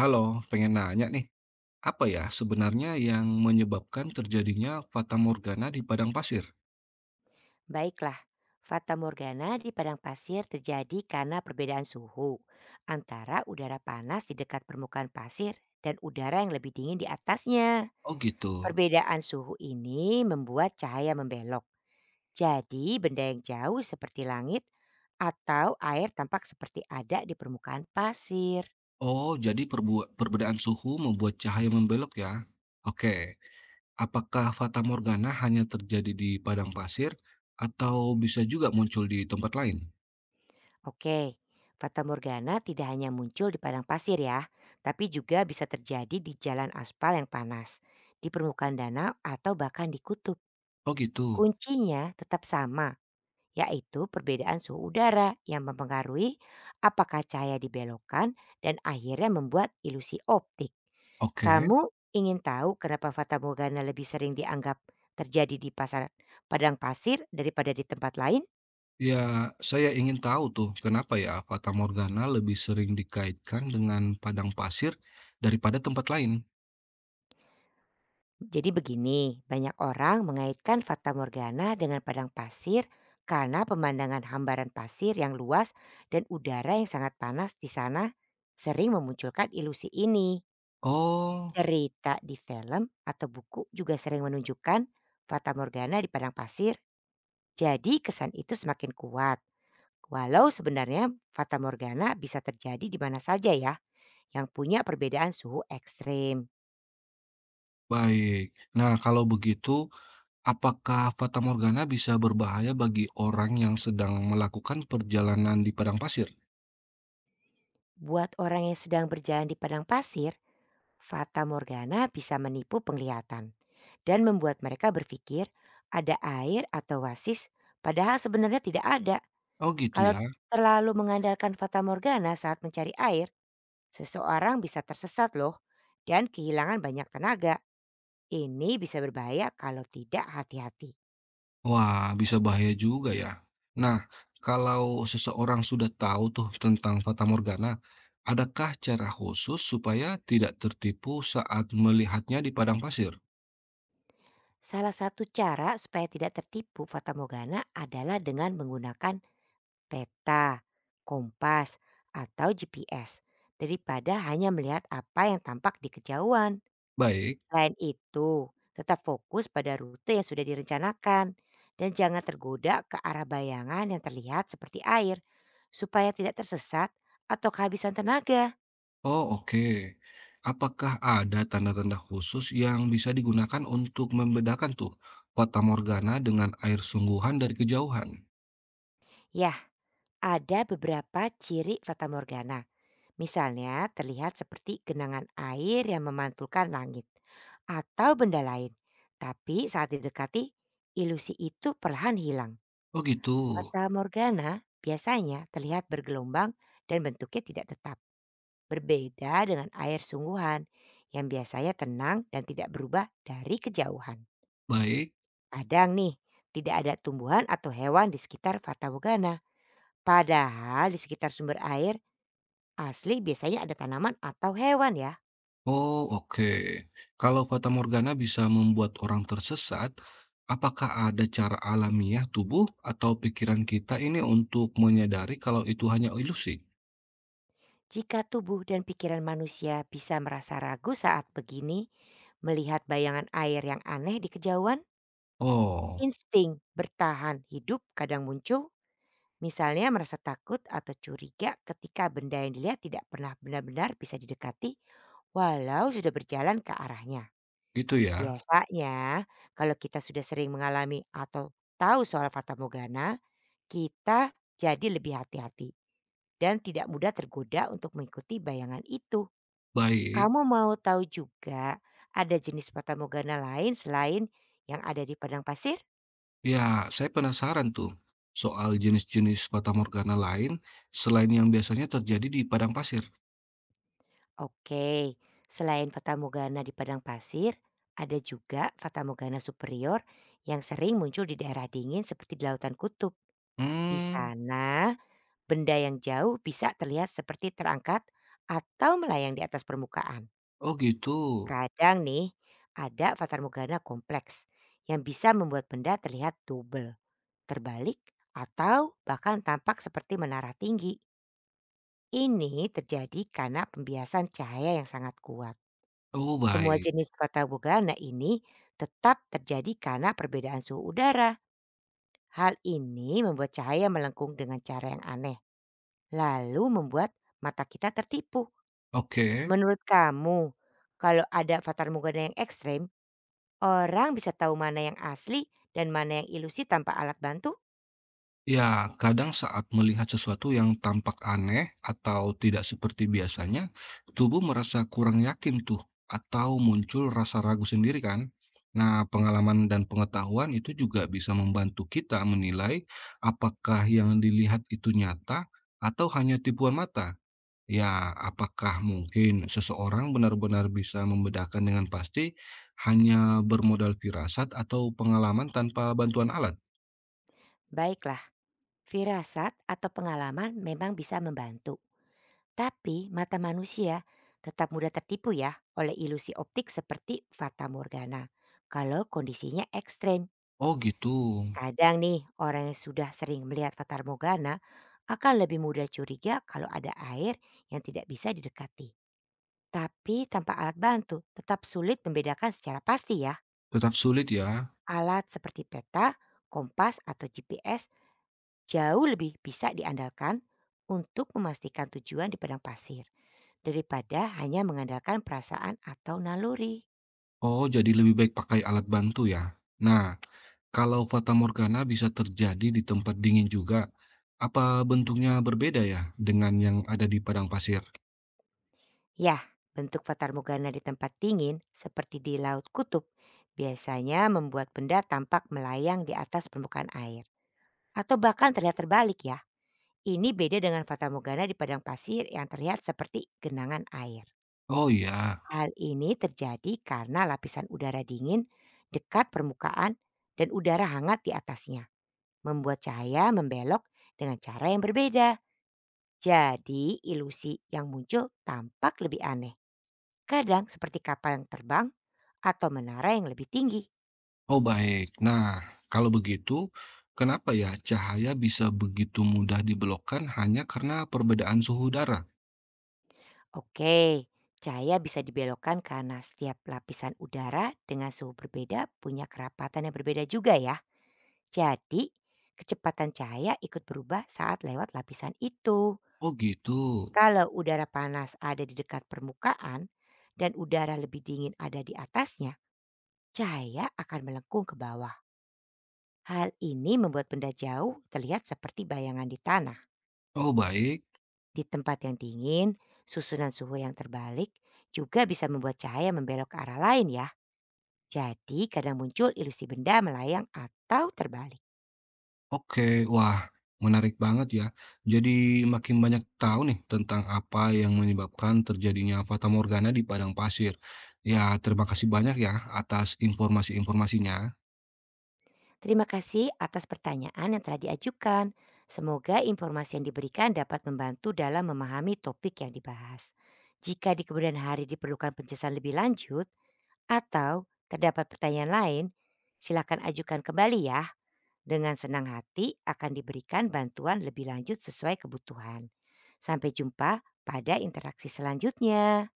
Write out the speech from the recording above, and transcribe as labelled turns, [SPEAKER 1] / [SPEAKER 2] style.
[SPEAKER 1] Halo, pengen nanya nih, apa ya sebenarnya yang menyebabkan terjadinya fata morgana di padang pasir?
[SPEAKER 2] Baiklah, fata morgana di padang pasir terjadi karena perbedaan suhu antara udara panas di dekat permukaan pasir dan udara yang lebih dingin di atasnya.
[SPEAKER 1] Oh gitu.
[SPEAKER 2] Perbedaan suhu ini membuat cahaya membelok. Jadi benda yang jauh seperti langit atau air tampak seperti ada di permukaan pasir.
[SPEAKER 1] Oh, jadi perbedaan suhu membuat cahaya membelok ya? Oke, apakah fata morgana hanya terjadi di padang pasir atau bisa juga muncul di tempat lain?
[SPEAKER 2] Oke, Fata Morgana tidak hanya muncul di padang pasir ya, tapi juga bisa terjadi di jalan aspal yang panas, di permukaan danau atau bahkan di kutub.
[SPEAKER 1] Oh gitu.
[SPEAKER 2] Kuncinya tetap sama, yaitu perbedaan suhu udara yang mempengaruhi apakah cahaya dibelokkan dan akhirnya membuat ilusi optik.
[SPEAKER 1] Oke,
[SPEAKER 2] Kamu ingin tahu kenapa Fata Morgana lebih sering dianggap terjadi di pasar padang pasir daripada di tempat lain?
[SPEAKER 1] ya saya ingin tahu tuh kenapa ya fata morgana lebih sering dikaitkan dengan padang pasir daripada tempat lain.
[SPEAKER 2] Jadi begini, banyak orang mengaitkan Fata Morgana dengan padang pasir karena pemandangan hambaran pasir yang luas dan udara yang sangat panas di sana sering memunculkan ilusi ini.
[SPEAKER 1] Oh.
[SPEAKER 2] Cerita di film atau buku juga sering menunjukkan Fata Morgana di padang pasir, jadi kesan itu semakin kuat. Walau sebenarnya Fata Morgana bisa terjadi di mana saja ya, yang punya perbedaan suhu ekstrim.
[SPEAKER 1] Baik. Nah, kalau begitu, apakah fata morgana bisa berbahaya bagi orang yang sedang melakukan perjalanan di padang pasir?
[SPEAKER 2] Buat orang yang sedang berjalan di padang pasir, Fata Morgana bisa menipu penglihatan dan membuat mereka berpikir ada air atau oasis padahal sebenarnya tidak ada.
[SPEAKER 1] Oh, gitu
[SPEAKER 2] Kalau
[SPEAKER 1] ya.
[SPEAKER 2] terlalu mengandalkan Fata Morgana saat mencari air, seseorang bisa tersesat loh dan kehilangan banyak tenaga. Ini bisa berbahaya kalau tidak hati-hati.
[SPEAKER 1] Wah, bisa bahaya juga ya. Nah, kalau seseorang sudah tahu tuh tentang fata morgana, adakah cara khusus supaya tidak tertipu saat melihatnya di padang pasir?
[SPEAKER 2] Salah satu cara supaya tidak tertipu Fata Morgana adalah dengan menggunakan peta, kompas, atau GPS daripada hanya melihat apa yang tampak di kejauhan.
[SPEAKER 1] Baik.
[SPEAKER 2] Selain itu, tetap fokus pada rute yang sudah direncanakan dan jangan tergoda ke arah bayangan yang terlihat seperti air supaya tidak tersesat atau kehabisan tenaga.
[SPEAKER 1] Oh, oke. Apakah ada tanda-tanda khusus yang bisa digunakan untuk membedakan tuh fata morgana dengan air sungguhan dari kejauhan?
[SPEAKER 2] Yah, ada beberapa ciri Fata Morgana. Misalnya terlihat seperti genangan air yang memantulkan langit atau benda lain. Tapi saat didekati, ilusi itu perlahan hilang.
[SPEAKER 1] Oh gitu.
[SPEAKER 2] Fata Morgana biasanya terlihat bergelombang dan bentuknya tidak tetap. Berbeda dengan air sungguhan yang biasanya tenang dan tidak berubah dari kejauhan.
[SPEAKER 1] Baik.
[SPEAKER 2] Kadang nih, tidak ada tumbuhan atau hewan di sekitar Fata Morgana. Padahal di sekitar sumber air asli biasanya ada tanaman atau hewan ya.
[SPEAKER 1] Oh, oke. Kalau fata morgana bisa membuat orang tersesat, apakah ada cara alamiah tubuh atau pikiran kita ini untuk menyadari kalau itu hanya ilusi?
[SPEAKER 2] Jika tubuh dan pikiran manusia bisa merasa ragu saat begini, melihat bayangan air yang aneh di kejauhan,
[SPEAKER 1] Oh,
[SPEAKER 2] insting bertahan hidup kadang muncul, misalnya merasa takut atau curiga ketika benda yang dilihat tidak pernah benar-benar bisa didekati walau sudah berjalan ke arahnya.
[SPEAKER 1] gitu ya.
[SPEAKER 2] Biasanya, kalau kita sudah sering mengalami atau tahu soal Fata Morgana, kita jadi lebih hati-hati dan tidak mudah tergoda untuk mengikuti bayangan itu.
[SPEAKER 1] Baik.
[SPEAKER 2] Kamu mau tahu juga ada jenis fatamorgana lain selain yang ada di padang pasir?
[SPEAKER 1] Ya, saya penasaran tuh soal jenis-jenis Fatamorgana lain selain yang biasanya terjadi di padang pasir.
[SPEAKER 2] Oke, selain fatamorgana di padang pasir, ada juga fatamorgana superior yang sering muncul di daerah dingin seperti di lautan kutub. Di
[SPEAKER 1] Hmm,
[SPEAKER 2] sana, benda yang jauh bisa terlihat seperti terangkat atau melayang di atas permukaan.
[SPEAKER 1] oh gitu.
[SPEAKER 2] Kadang nih, ada fatamorgana kompleks yang bisa membuat benda terlihat double, terbalik, atau bahkan tampak seperti menara tinggi. Ini terjadi karena pembiasan cahaya yang sangat kuat.
[SPEAKER 1] Oh
[SPEAKER 2] Semua
[SPEAKER 1] baik.
[SPEAKER 2] jenis kota bugana ini tetap terjadi karena perbedaan suhu udara. Hal ini membuat cahaya melengkung dengan cara yang aneh, lalu membuat mata kita tertipu.
[SPEAKER 1] Oke.
[SPEAKER 2] Menurut kamu, kalau ada fatar mugana yang ekstrem, orang bisa tahu mana yang asli dan mana yang ilusi tanpa alat bantu?
[SPEAKER 1] Ya, kadang saat melihat sesuatu yang tampak aneh atau tidak seperti biasanya, tubuh merasa kurang yakin tuh atau muncul rasa ragu sendiri kan? Nah, pengalaman dan pengetahuan itu juga bisa membantu kita menilai apakah yang dilihat itu nyata atau hanya tipuan mata. Ya, apakah mungkin seseorang benar-benar bisa membedakan dengan pasti hanya bermodal firasat atau pengalaman tanpa bantuan alat?
[SPEAKER 2] Baiklah. Firasat atau pengalaman memang bisa membantu, tapi mata manusia tetap mudah tertipu ya oleh ilusi optik seperti fata morgana. Kalau kondisinya ekstrem,
[SPEAKER 1] Oh gitu,
[SPEAKER 2] kadang nih orang yang sudah sering melihat fata morgana akan lebih mudah curiga kalau ada air yang tidak bisa didekati. Tapi tanpa alat bantu tetap sulit membedakan secara pasti ya.
[SPEAKER 1] tetap sulit ya.
[SPEAKER 2] Alat seperti peta, kompas atau GPS jauh lebih bisa diandalkan untuk memastikan tujuan di padang pasir daripada hanya mengandalkan perasaan atau naluri.
[SPEAKER 1] Oh, jadi lebih baik pakai alat bantu ya. Nah, kalau fata morgana bisa terjadi di tempat dingin juga, apa bentuknya berbeda ya dengan yang ada di padang pasir?
[SPEAKER 2] Yah, bentuk fatarmugana di tempat dingin seperti di laut kutub biasanya membuat benda tampak melayang di atas permukaan air atau bahkan terlihat terbalik ya. Ini beda dengan fatarmugana di padang pasir yang terlihat seperti genangan air.
[SPEAKER 1] Oh iya.
[SPEAKER 2] Hal ini terjadi karena lapisan udara dingin dekat permukaan dan udara hangat di atasnya membuat cahaya membelok dengan cara yang berbeda. Jadi ilusi yang muncul tampak lebih aneh. Kadang seperti kapal yang terbang atau menara yang lebih tinggi.
[SPEAKER 1] Oh, baik. Nah, kalau begitu, kenapa ya cahaya bisa begitu mudah dibelokkan hanya karena perbedaan suhu udara?
[SPEAKER 2] Oke, cahaya bisa dibelokkan karena setiap lapisan udara dengan suhu berbeda punya kerapatan yang berbeda juga ya. Jadi kecepatan cahaya ikut berubah saat lewat lapisan itu.
[SPEAKER 1] Oh, gitu.
[SPEAKER 2] Kalau udara panas ada di dekat permukaan dan udara lebih dingin ada di atasnya, cahaya akan melengkung ke bawah. Hal ini membuat benda jauh terlihat seperti bayangan di tanah.
[SPEAKER 1] Oh, baik.
[SPEAKER 2] Di tempat yang dingin, susunan suhu yang terbalik juga bisa membuat cahaya membelok ke arah lain ya. Jadi kadang muncul ilusi benda melayang atau terbalik.
[SPEAKER 1] Oke, wah, menarik banget ya. Jadi makin banyak tahu nih tentang apa yang menyebabkan terjadinya Fata Morgana di padang pasir. Ya, terima kasih banyak ya atas informasi-informasinya.
[SPEAKER 2] Terima kasih atas pertanyaan yang telah diajukan. Semoga informasi yang diberikan dapat membantu dalam memahami topik yang dibahas. Jika di kemudian hari diperlukan penjelasan lebih lanjut, atau terdapat pertanyaan lain, silakan ajukan kembali ya. Dengan senang hati akan diberikan bantuan lebih lanjut sesuai kebutuhan. Sampai jumpa pada interaksi selanjutnya.